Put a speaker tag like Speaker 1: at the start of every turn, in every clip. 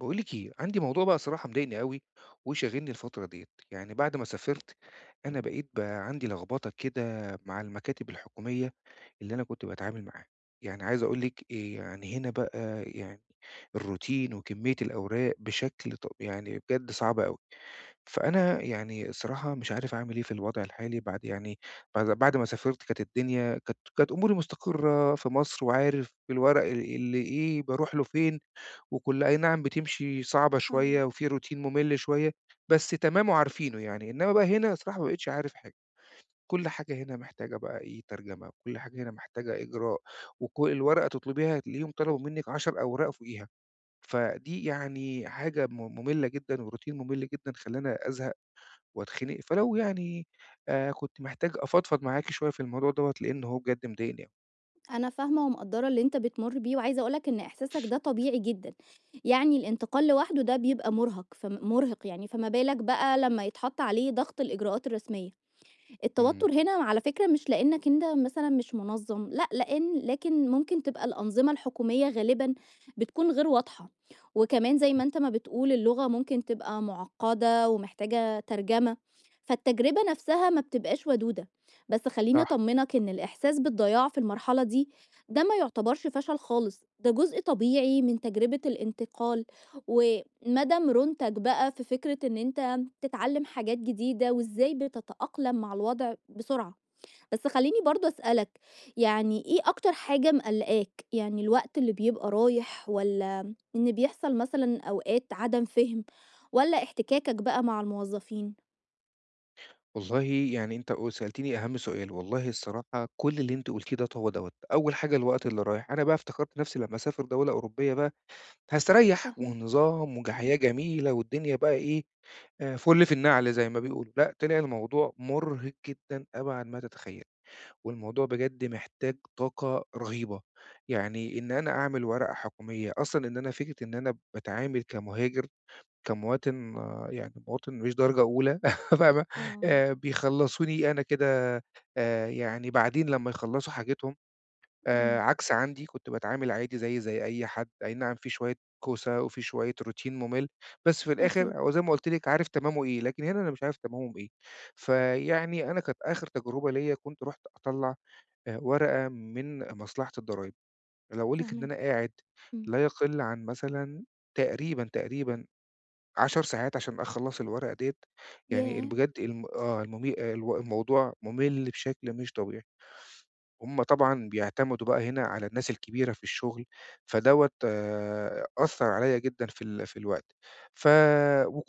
Speaker 1: باقول لِك إيه، عندي موضوع بقى صراحة مضايقني أوي وشاغلني الفترة ديّة، يعني بعد ما سافرت أنا بقيت بقى عندي لخبطة كده مع المكاتب الحكومية اللي أنا كنت باتعامل معاها، يعني عايز أقول لِك يعني هنا بقى يعني الروتين وكمية الأوراق بشكل يعني بجد صعب أوي، فأنا يعني الصراحة مش عارف أعمل إيه في الوضع الحالي بعد يعني بعد بعد ما سافرت كانت الدنيا كانت أموري مستقرة في مصر وعارف الورق اللي إيه باروح له فين وكلها أي نعم بتمشي صعبة شوية
Speaker 2: فاهماك.
Speaker 1: وفي روتين ممل شوية، بس تمام وعارفينه يعني، إنما بقى هنا الصراحة ما بقيتش عارف حاجة، كل حاجة هنا محتاجة بقى إيه ترجمة، وكل حاجة هنا محتاجة إجراء، وكل الورقة تطلبيها تلاقيهم طلبوا منِّك 10 أوراق فوقيها، فدي يعني حاجة مملة جدًا وروتين ممل جدًا خلّاني أزهق وأتخنق، فلو يعني كنت محتاج أفضفض معاكِ شوية في الموضوع دوّة لإن هو بجد مضايقني أوي.
Speaker 2: أنا فاهمة ومقدّرة اللي أنت بتمُر بيه، وعايزة أقول لك إن إحساسك ده طبيعي جدًا. يعني الانتقال لوحده ده بيبقى مُرهق يعني، فما بالك بقى لمّا يتحط عليه ضغط الإجراءات الرسمية.
Speaker 1: إمم،
Speaker 2: التوتر هنا على فكرة مش لأنك أنت مثلًا مش منظَّم، لأ، لكن ممكن تبقى الأنظمة الحكومية غالبًا بتكون غير واضحة، وكمان زي ما
Speaker 1: إمم.
Speaker 2: أنت ما بتقول اللغة ممكن تبقى معقّدة ومحتاجة ترجمة، فالتجربة نفسها ما بتبقاش ودودة. بس خلّيني
Speaker 1: صح.
Speaker 2: أطمنك إن الإحساس بالضياع في المرحلة دي، ده ما يعتبرش فشل خالص، ده جزء طبيعي من تجربة الانتقال، وما دام رُونتك بقى في فكرة إن أنت بتتعلم حاجات جديدة وإزاي بتتأقلم مع الوضع بسرعة. بس خلّيني برضه أسألك، يعني إيه أكتر حاجة مقلّقاك؟ يعني الوقت اللي بيبقى رايح والّا إن بيحصل مثلًا أوقات عدم فِهم والّا احتكاكك بقى مع الموظفين؟
Speaker 1: والله يعني أنت سألتني أهم سؤال، والله الصراحة كل اللي أنتِ قُلتيه ده هو دوّة، أول حاجة الوقت اللي رايح، أنا بقى افتكرت نفسي لمّا أسافر دولة أوروبية بقى هاستريّح
Speaker 2: فاهماك،
Speaker 1: والنظام
Speaker 2: إمم،
Speaker 1: وحياة جميلة والدنيا بقى إيه، فُل في النعل زي ما بيقولوا، لأ طلع الموضوع مُرهق جدًا أبعد ما تتخيّل، والموضوع بجد محتاج طاقة رهيبة، يعني إن أنا أعمل ورقة حكومية، أصلًا إن أنا فكرة إن أنا باتعامل كمهاجر كمواطن آه، يعني مواطن مش درجة أولى فاهمة،
Speaker 2: آه،
Speaker 1: بيخلّصوني أنا كده يعني بعدين لمّا يخلّصوا حاجتهم،
Speaker 2: إمم،
Speaker 1: عكس عندي كنت باتعامل عادي زيي زي أي حد، أي نعم في شوية كوسة وفي شوية routine مُمِل، بس في
Speaker 2: أكيد
Speaker 1: الآخر هو زي ما قُلت لِك عارف تمامه إيه، لكن هنا أنا مش عارف تمامهم إيه. فيعني أنا كانت آخر تجربة ليّا كنت رُحت أطلّع ورقة من مصلحة الضرايب، عايز أقول لِك إن أنا
Speaker 2: فاهماك،
Speaker 1: قاعد
Speaker 2: إمم،
Speaker 1: لا يقل عن مثلًا تقريبًا 10 ساعات عشان أخلّص الورقة ديّة، يعني ال
Speaker 2: ياه!
Speaker 1: بجد الم آه، الممي آه، الو الموضوع مُمِل بشكل مش طبيعي. هُم طبعًا بيعتمدوا بقى هنا على الناس الكبيرة في الشغل، فدوّة أثّر عليَّ جدًا في في الوقت. ف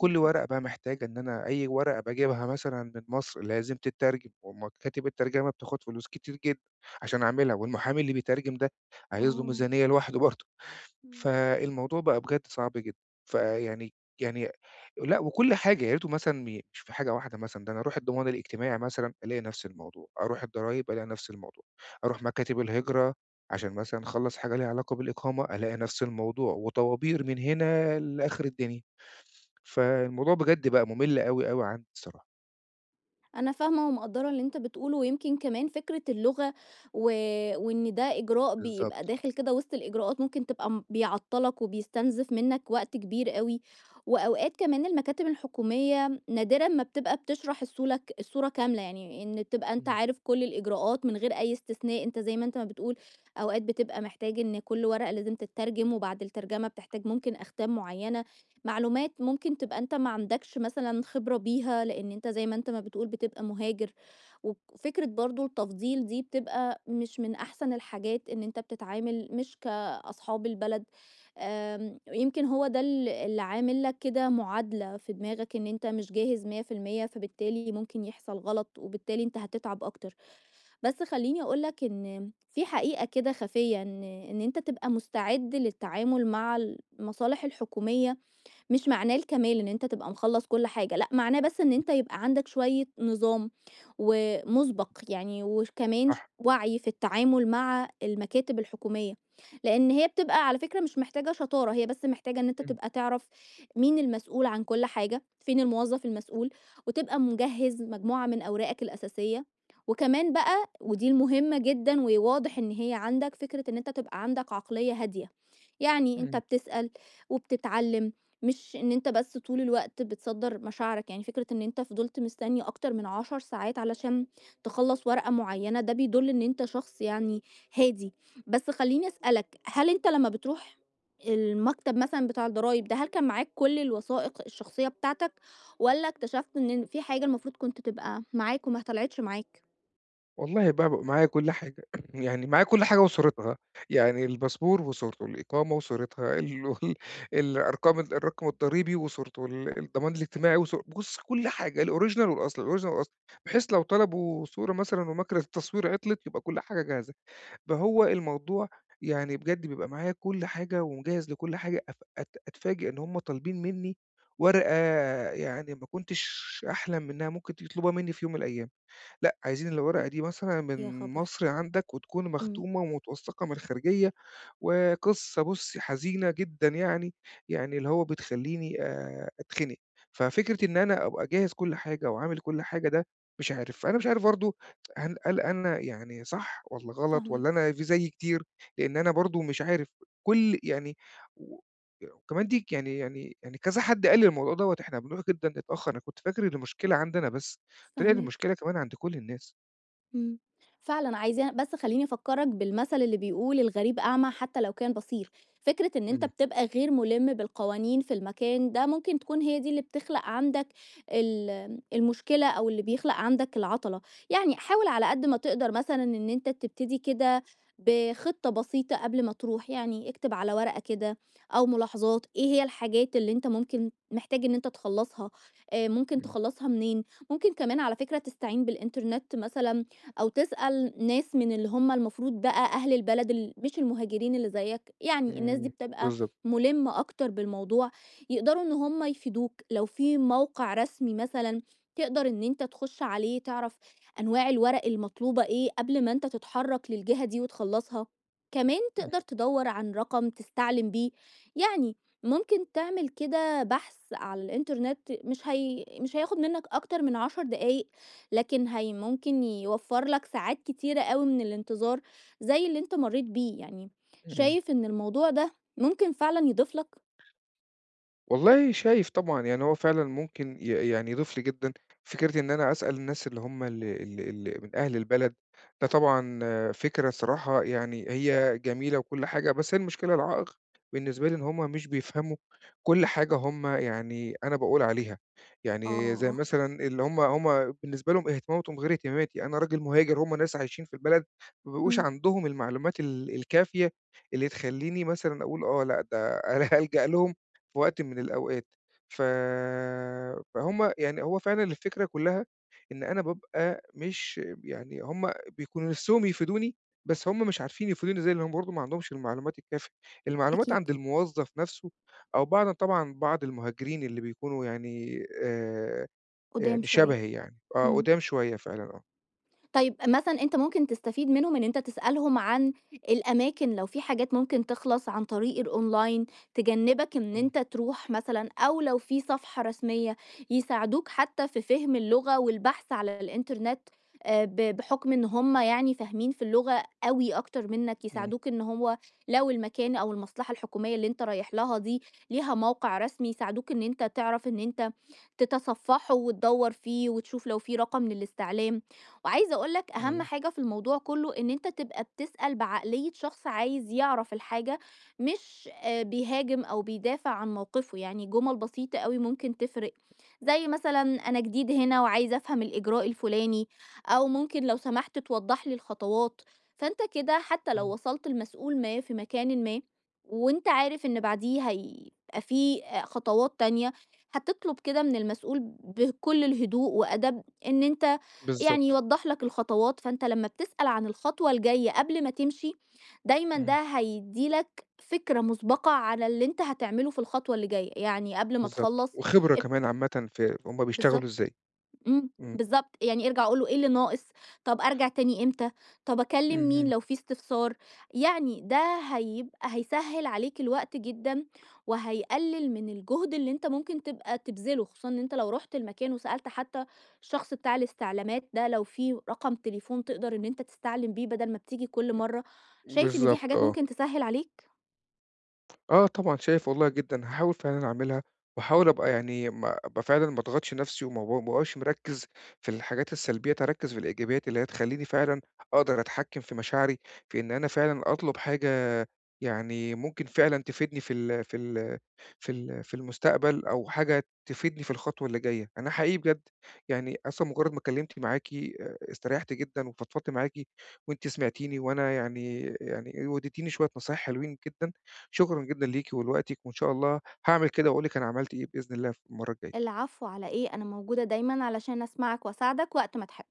Speaker 2: يا خبر!
Speaker 1: ورقة بقى محتاجة إن أنا أي ورقة باجيبها مثلًا من مصر لازم تتّرجم، ومكاتب الترجمة بتاخد فلوس كتير جدًا عشان أعملها، والمحامي اللي بيترجم ده عايز له
Speaker 2: آه،
Speaker 1: ميزانية لوحده برضه.
Speaker 2: إمم.
Speaker 1: فالموضوع بقى بجد صعب جدًا، فيعني يعني لأ وكل حاجة، يا ريته مثلًا مش في حاجة واحدة مثلًا، ده أنا أروح الضمان الاجتماعي مثلًا ألاقي نفس الموضوع، أروح الضرايب ألاقي نفس الموضوع، أروح مكاتب الهجرة عشان مثلًا أخلّص حاجة ليها علاقة بالإقامة ألاقي نفس الموضوع، وطوابير من هنا لآخر الدنيا. فالموضوع بجد بقى مُمِل أوي، أوي عندي الصراحة.
Speaker 2: أنا فاهمة ومقدّرة اللي أنت بتقوله، ويمكن كمان فكرة اللغة و وإن ده إجراء بيبقى
Speaker 1: بالضبط.
Speaker 2: داخل كده وسط الإجراءات ممكن تبقى بيعطّلك وبيستنزف منّك وقت كبير أوي، وأوقات كمان المكاتب الحكومية نادرًا ما بتبقى بتشرح الصولة ك الصورة كاملة، يعني إن تبقى أنت
Speaker 1: إمم،
Speaker 2: عارف كل الإجراءات من غير أي استثناء، أنت زي ما أنت ما بتقول أوقات بتبقى محتاج إن كل ورقة لازم تتّرجم، وبعد الترجمة بتحتاج ممكن أختام معيّنة. معلومات ممكن تبقى أنت ما عندكش مثلًا خبرة بيها، لإن أنت زي ما أنت ما بتقول بتبقى مهاجر، وفكرة برضه التفضيل دي بتبقى مش من أحسن الحاجات إن أنت بتتعامل مش كأصحاب البلد. يمكن هو ده اللي عامل لك كده معادلة في دماغك إن أنت مش جاهز 100% فبالتالي ممكن يحصل غلط، وبالتالي أنت هتتعب أكتر. بس خلّيني أقول لك إن في حقيقة كده خفية إن أنت تبقى مستعد للتعامل مع المصالح الحكومية مش معناه الكمال إن أنت تبقى مخلّص كل حاجة، لأ معناه بس إن
Speaker 1: إمم،
Speaker 2: أنت يبقى عندك شوية نظام ومُسبق يعني، وكمان
Speaker 1: صح.
Speaker 2: وعي في التعامل مع المكاتب الحكومية، لإن هي بتبقى على فكرة مش محتاجة شطارة، هي بس محتاجة إن أنت
Speaker 1: إمم،
Speaker 2: تبقى تعرف مين المسؤول عن كل حاجة، فين الموظف المسؤول، وتبقى مجهّز مجموعة من أوراقك الأساسية، وكمان بقى ودي المهمة جدًا وواضح إن هي عندك، فكرة إن أنت تبقى عندك عقلية هادية، يعني أنت
Speaker 1: إمم.
Speaker 2: بتسأل وبتتعلم، مش إن أنت بس طول الوقت بتصدّر مشاعرك، يعني فكرة إن أنت فضلت مستنّي أكتر من 10 ساعات علشان تخلّص ورقة معيّنة، ده بيدُل إن أنت شخص يعني هادي. بس خلّيني أسألك، هل أنت لمّا بتروح المكتب مثلًا بتاع الضرايب ده، هل كان معاك كل الوثائق الشخصية بتاعتك والّا اكتشفت إن في حاجة المفروض كنت تبقى معاك وما طلعتش معاك؟
Speaker 1: والله بقى معايا كل حاجة، يعني معايا كل حاجة وصورتها، يعني الباسبور وصورته، الإقامة وصورتها، الرقم الضريبي وصورته، الضمان الاجتماعي وصور بُص كل حاجة الأوريجينال والأصل، الأوريجينال والأصل، بحيث لو طلبوا صورة مثلًا وماكينة التصوير عطلت يبقى كل حاجة جاهزة، فهو الموضوع يعني بجد بيبقى معايا كل حاجة ومجهّز لكل حاجة أف أت أتفاجئ إن هم طالبين منّي ورقة يعني ما كنتش أحلم إنها ممكن يطلبوها منّي في يوم من الأيام. لأ، عايزين الورقة دي مثلًا
Speaker 2: يا
Speaker 1: من
Speaker 2: خبر!
Speaker 1: مصر عندك وتكون
Speaker 2: إمم،
Speaker 1: مختومة ومتوثقة من الخارجية، وقصة بُصّي حزينة جدًا يعني، يعني اللي هو بتخلّيني أتخنق، ففكرة إن أنا أبقى جاهز كل حاجة وعامل كل حاجة ده مش عارف، أنا مش عارف برضه هل أنا يعني صح والّا غلط والّا
Speaker 2: فاهماك،
Speaker 1: أنا في زيي كتير؟ لإن أنا برضه مش عارف كل يعني و وكمان دي يعني كذا حد قال لي الموضوع دوّة، إحنا بنروح جدًا نتأخر، أنا كنت فاكر إن المشكلة عندي أنا بس، طلع
Speaker 2: فاهماك.
Speaker 1: المشكلة كمان عند كل الناس.
Speaker 2: إمم. فعلًا عايزاه، بس خلّيني أفكّرك بالمثل اللي بيقول الغريب أعمى حتى لو كان بصير. فكرة إن أنت
Speaker 1: إمم،
Speaker 2: بتبقى غير مُلِم بالقوانين في المكان ده ممكن تكون هي دي اللي بتخلق عندك المشكلة أو اللي بيخلق عندك العَطَلة. يعني حاول على قد ما تقدر مثلًا إن أنت تبتدي كده بخطة بسيطة قبل ما تروح، يعني اكتب على ورقة كده أو ملاحظات إيه هي الحاجات اللي أنت ممكن محتاج إن أنت تخلّصها، ممكن
Speaker 1: إمم،
Speaker 2: تخلّصها منين، ممكن كمان على فكرة تستعين بالإنترنت مثلًا أو تسأل ناس من اللي هم المفروض بقى أهل البلد، مش المهاجرين اللي زيك، يعني الناس دي
Speaker 1: إمم،
Speaker 2: بتبقى
Speaker 1: بالضبط.
Speaker 2: ملمة أكتر بالموضوع، يقدروا إن هم يفيدوك. لو في موقع رسمي مثلا تقدر إن أنت تخش عليه تعرف أنواع الورق المطلوبة إيه قبل ما أنت تتحرك للجهة دي وتخلصها. كمان
Speaker 1: إمم،
Speaker 2: تقدر تدور عن رقم تستعلم بيه، يعني ممكن تعمل كده بحث على الإنترنت، مش هياخد منك أكتر من عشر دقايق، لكن هي ممكن يوفر لك ساعات كتيرة أوي من الانتظار زي اللي أنت مريت بيه، يعني
Speaker 1: إمم.
Speaker 2: شايف إن الموضوع ده ممكن فعلا يضيف لك؟
Speaker 1: والله شايف طبعًا، يعني هو فعلًا ممكن يعني يضيف لي جدًا فكرة إن أنا أسأل الناس اللي هم ال ال ال من أهل البلد، ده طبعًا آه، فكرة الصراحة يعني هي جميلة وكل حاجة، بس هي المشكلة العائق بالنسبة لي إن هم مش بيفهموا كل حاجة هم يعني أنا باقول عليها، يعني زي
Speaker 2: اه،
Speaker 1: مثلًا اللي هم بالنسبة لهم اهتماماتهم غير اهتماماتي، أنا راجل مهاجر، هم ناس عايشين في البلد ما بيبقوش
Speaker 2: امم،
Speaker 1: عندهم المعلومات الكافية اللي تخلّيني مثلًا أقول آه لأ ده أنا هالجأ لهم في وقت من الأوقات. ف فهُم يعني هو فعلًا الفكرة كلّها إن أنا بابقى مش يعني هُم بيكونوا نِفْسهم يفيدوني، بس هُم مش عارفين يفيدوني زي اللي هُم برضه ما عندهمش المعلومات الكافية. المعلومات
Speaker 2: اكيد،
Speaker 1: عند الموظف نَفْسه أو بعض طبعًا بعض المهاجرين اللي بيكونوا يعني آآ
Speaker 2: قدام
Speaker 1: يعني
Speaker 2: شويه،
Speaker 1: شبهي يعني، آه،
Speaker 2: مم.
Speaker 1: قُدام شوية فعلًا آه.
Speaker 2: طيب مثلًا أنت ممكن تستفيد منهم إن أنت تسألهم عن الأماكن، لو في حاجات ممكن تخلص عن طريق الأونلاين تجنبك إن
Speaker 1: إمم،
Speaker 2: أنت تروح مثلًا، أو لو في صفحة رسمية يساعدوك حتى في فهم اللغة والبحث على الإنترنت، بحكم إن هم يعني فاهمين في اللغة أوي أكتر منك،
Speaker 1: إمم،
Speaker 2: يساعدوك إن هو لو المكان أو المصلحة الحكومية اللي أنت رايح لها دي ليها موقع رسمي، يساعدوك إن أنت تعرف إن أنت تتصفحه وتدوّر فيه وتشوف لو في رقم للاستعلام. وعايزة أقول لك أهم
Speaker 1: إمم،
Speaker 2: حاجة في الموضوع كله إن أنت تبقى بتسأل بعقلية شخص عايز يعرف الحاجة، مش بيهاجم أو بيدافع عن موقفه. يعني جمل بسيطة قوي ممكن تفرق، زي مثلا: أنا جديد هنا وعايز أفهم الإجراء الفلاني، أو ممكن لو سمحت توضح لي الخطوات. فأنت كده حتى لو
Speaker 1: إمم.
Speaker 2: وصلت المسؤول ما في مكان ما وأنت عارف إن بعديه هيبقى في خطوات تانية، هتطلب كده من المسؤول بكل الهدوء وأدب إن أنت يعني
Speaker 1: بالضبط.
Speaker 2: يوضّح لك الخطوات، فأنت لمّا بتسأل عن الخطوة الجاية قبل ما تمشي، دايمًا
Speaker 1: إمم.
Speaker 2: ده هيدّي لك فكرة مسبقة على اللي أنت هتعمله في الخطوة اللي جاية، يعني قبل ما
Speaker 1: بالضبط.
Speaker 2: تخلّص.
Speaker 1: وخبرة
Speaker 2: اب
Speaker 1: كمان عامةً في هُم بيشتغلوا
Speaker 2: بالضبط.
Speaker 1: إزاي.
Speaker 2: إمم،
Speaker 1: إمم.
Speaker 2: بالضبط، يعني ارجع قُل له إيه اللي ناقص، طب أرجع تاني إمتى، طب أكلّم مين
Speaker 1: اهم.
Speaker 2: لو في استفسار. يعني ده هيسهّل عليك الوقت جدًا، وهيقلل من الجهد اللي أنت ممكن تبقى تبذله، خصوصًا إن أنت لو رُحت المكان وسألت حتى الشخص بتاع الاستعلامات ده لو في رقم تليفون تقدر إن أنت تستعلم بيه بدل ما بتيجي كل مرّة. شايف إن دي
Speaker 1: بالضبط
Speaker 2: حاجات
Speaker 1: آه.
Speaker 2: ممكن تسهّل عليك؟
Speaker 1: آه طبعًا شايف والله جدًا، هاحاول فعلًا أعملها، واحاول أبقى يعني ما أبقى فعلًا ما اضغطش نفسي، وما ب ما ابقاش مركّز في الحاجات السلبية، أركّز في الإيجابيات اللي هي تخلّيني فعلًا أقدر أتحكّم في مشاعري، في إن أنا فعلًا أطلب حاجة يعني ممكن فعلًا تفيدني في المستقبل أو حاجة تفيدني في الخطوة اللي جاية، أنا حقيقي بجد يعني أصلًا مجرد ما كلمت معاكِ استريحت جدًا وفضفضت معاكِ وأنتِ سمعتيني، وأنا يعني وديتيني شوية نصايح حلوين جدًا، شكرًا جدًا ليكِ ولوقتِك، وإن شاء الله هاعمل كده وأقول لِك أنا عملت إيه بإذن الله في المرّة الجاية.
Speaker 2: العفو على إيه، أنا موجودة دايمًا علشان أسمعك وأساعدك وقت ما تحب.